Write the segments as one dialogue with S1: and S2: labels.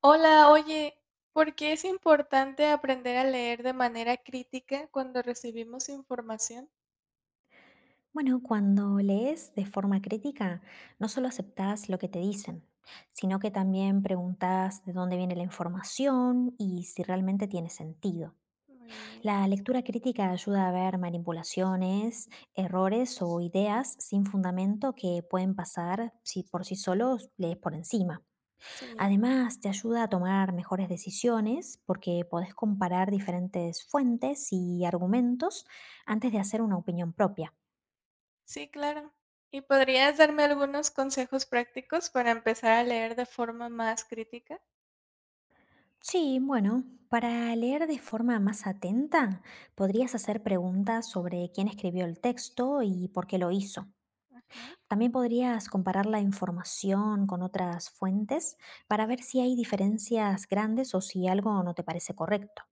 S1: Hola, oye, ¿por qué es importante aprender a leer de manera crítica cuando recibimos información?
S2: Bueno, cuando lees de forma crítica, no solo aceptás lo que te dicen, sino que también preguntás de dónde viene la información y si realmente tiene sentido.
S1: Muy bien.
S2: La lectura crítica ayuda a ver manipulaciones, errores o ideas sin fundamento que pueden pasar si por sí solos lees por encima.
S1: Sí,
S2: Además, te ayuda a tomar mejores decisiones porque podés comparar diferentes fuentes y argumentos antes de hacer una opinión propia.
S1: sí, claro. ¿Y podrías darme algunos consejos prácticos para empezar a leer de forma más crítica?
S2: Sí, bueno, para leer de forma más atenta, podrías hacer preguntas sobre quién escribió el texto y por qué lo hizo.
S1: Ajá,
S2: También podrías comparar la información con otras fuentes para ver si hay diferencias grandes o si algo no te parece correcto.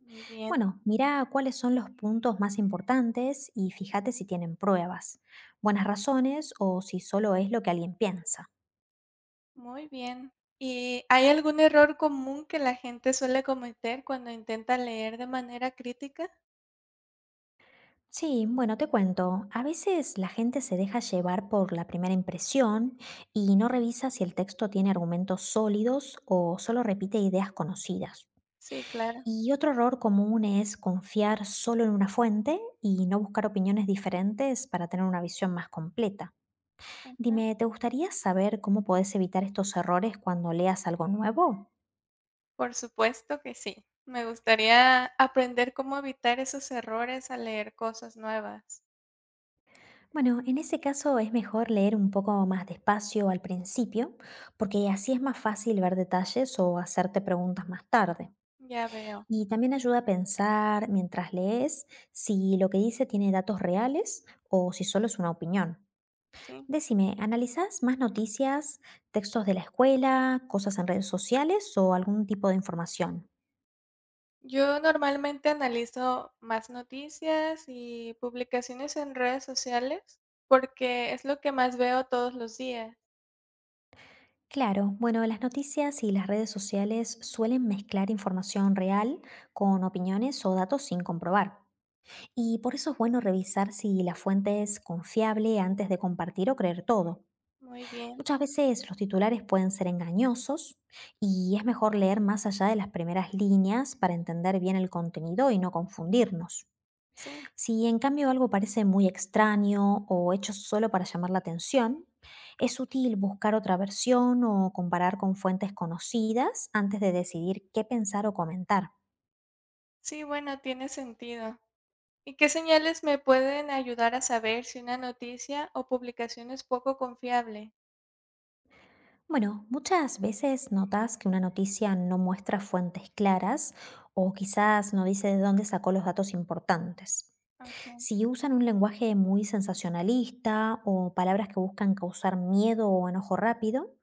S1: muy bien,
S2: Bueno, mira cuáles son los puntos más importantes y fíjate si tienen pruebas, buenas razones o si solo es lo que alguien piensa.
S1: muy bien. ¿Y hay algún error común que la gente suele cometer cuando intenta leer de manera crítica?
S2: Sí, bueno, te cuento. A veces la gente se deja llevar por la primera impresión y no revisa si el texto tiene argumentos sólidos o solo repite ideas conocidas.
S1: Sí, claro.
S2: Y otro error común es confiar solo en una fuente y no buscar opiniones diferentes para tener una visión más completa. Dime, ¿te gustaría saber cómo podés evitar estos errores cuando leas algo nuevo?
S1: Por supuesto que sí. Me gustaría aprender cómo evitar esos errores al leer cosas nuevas.
S2: Bueno, en ese caso es mejor leer un poco más despacio al principio, porque así es más fácil ver detalles o hacerte preguntas más tarde.
S1: Ya veo,
S2: Y también ayuda a pensar mientras lees si lo que dice tiene datos reales o si solo es una opinión.
S1: sí.
S2: Decime, ¿analizás más noticias, textos de la escuela, cosas en redes sociales o algún tipo de información?
S1: Yo normalmente analizo más noticias y publicaciones en redes sociales porque es lo que más veo todos los días.
S2: Claro, bueno, las noticias y las redes sociales suelen mezclar información real con opiniones o datos sin comprobar. Y por eso es bueno revisar si la fuente es confiable antes de compartir o creer todo.
S1: Muy bien,
S2: Muchas veces los titulares pueden ser engañosos y es mejor leer más allá de las primeras líneas para entender bien el contenido y no confundirnos.
S1: sí.
S2: Si en cambio algo parece muy extraño o hecho solo para llamar la atención, es útil buscar otra versión o comparar con fuentes conocidas antes de decidir qué pensar o comentar.
S1: Sí, bueno, tiene sentido. ¿Y qué señales me pueden ayudar a saber si una noticia o publicación es poco confiable?
S2: Bueno, muchas veces notas que una noticia no muestra fuentes claras o quizás no dice de dónde sacó los datos importantes.
S1: Ajá,
S2: Si usan un lenguaje muy sensacionalista o palabras que buscan causar miedo o enojo rápido,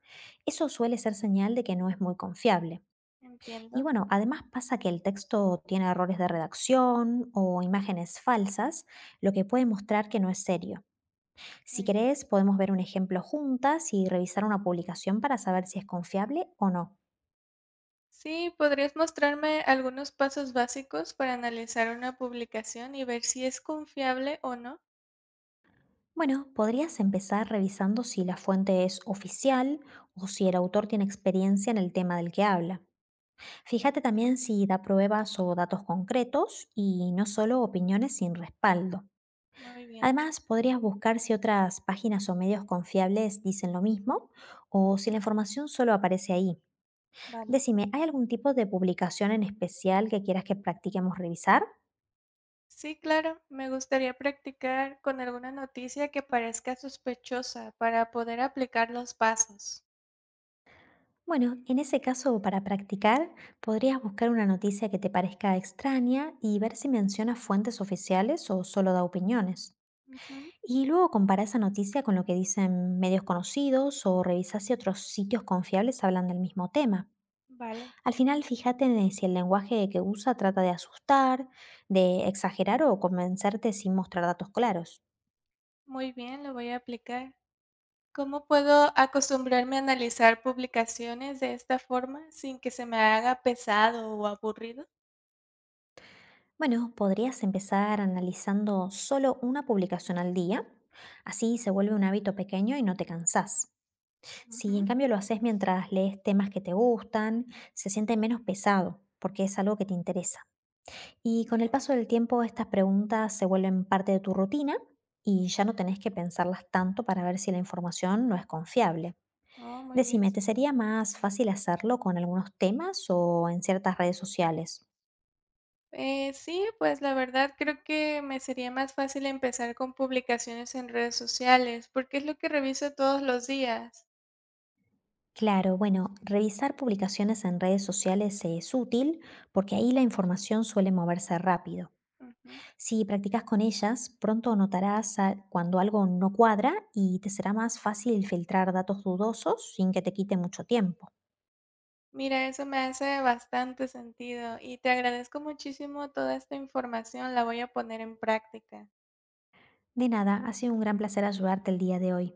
S2: eso suele ser señal de que no es muy confiable. Y
S1: entiendo.
S2: bueno, además pasa que el texto tiene errores de redacción o imágenes falsas, lo que puede mostrar que no es serio. Si
S1: Muy bien.
S2: querés, podemos ver un ejemplo juntas y revisar una publicación para saber si es confiable o no.
S1: Sí, ¿podrías mostrarme algunos pasos básicos para analizar una publicación y ver si es confiable o no?
S2: Bueno, podrías empezar revisando si la fuente es oficial o si el autor tiene experiencia en el tema del que habla. Fíjate también si da pruebas o datos concretos y no solo opiniones sin respaldo.
S1: Muy bien,
S2: Además, podrías buscar si otras páginas o medios confiables dicen lo mismo o si la información solo aparece ahí.
S1: vale.
S2: Decime, ¿hay algún tipo de publicación en especial que quieras que practiquemos revisar?
S1: Sí, claro, me gustaría practicar con alguna noticia que parezca sospechosa para poder aplicar los pasos.
S2: Bueno, en ese caso, para practicar, podrías buscar una noticia que te parezca extraña y ver si menciona fuentes oficiales o solo da opiniones.
S1: Ujú,
S2: Y luego compara esa noticia con lo que dicen medios conocidos o revisa si otros sitios confiables hablan del mismo tema.
S1: vale,
S2: Al final, fíjate en si el lenguaje que usa trata de asustar, de exagerar o convencerte sin mostrar datos claros.
S1: muy bien, lo voy a aplicar. ¿Cómo puedo acostumbrarme a analizar publicaciones de esta forma sin que se me haga pesado o aburrido?
S2: Bueno, podrías empezar analizando solo una publicación al día. Así se vuelve un hábito pequeño y no te cansás. Si
S1: Ujú,
S2: en cambio lo haces mientras lees temas que te gustan, se siente menos pesado, porque es algo que te interesa. Y con el
S1: bien.
S2: paso del tiempo estas preguntas se vuelven parte de tu rutina y ya no tenés que pensarlas tanto para ver si la información no es confiable.
S1: Oh, muy bien.
S2: Decime, ¿te sería más fácil hacerlo con algunos temas o en ciertas redes sociales?
S1: Sí, pues la verdad creo que me sería más fácil empezar con publicaciones en redes sociales, porque es lo que reviso todos los días.
S2: Claro, bueno, revisar publicaciones en redes sociales es útil porque ahí la información suele moverse rápido.
S1: Ujú.
S2: Si practicas con ellas, pronto notarás cuando algo no cuadra y te será más fácil filtrar datos dudosos sin que te quite mucho tiempo.
S1: Mira, eso me hace bastante sentido y te agradezco muchísimo toda esta información, la voy a poner en práctica.
S2: De nada, ha sido un gran placer ayudarte el día de hoy.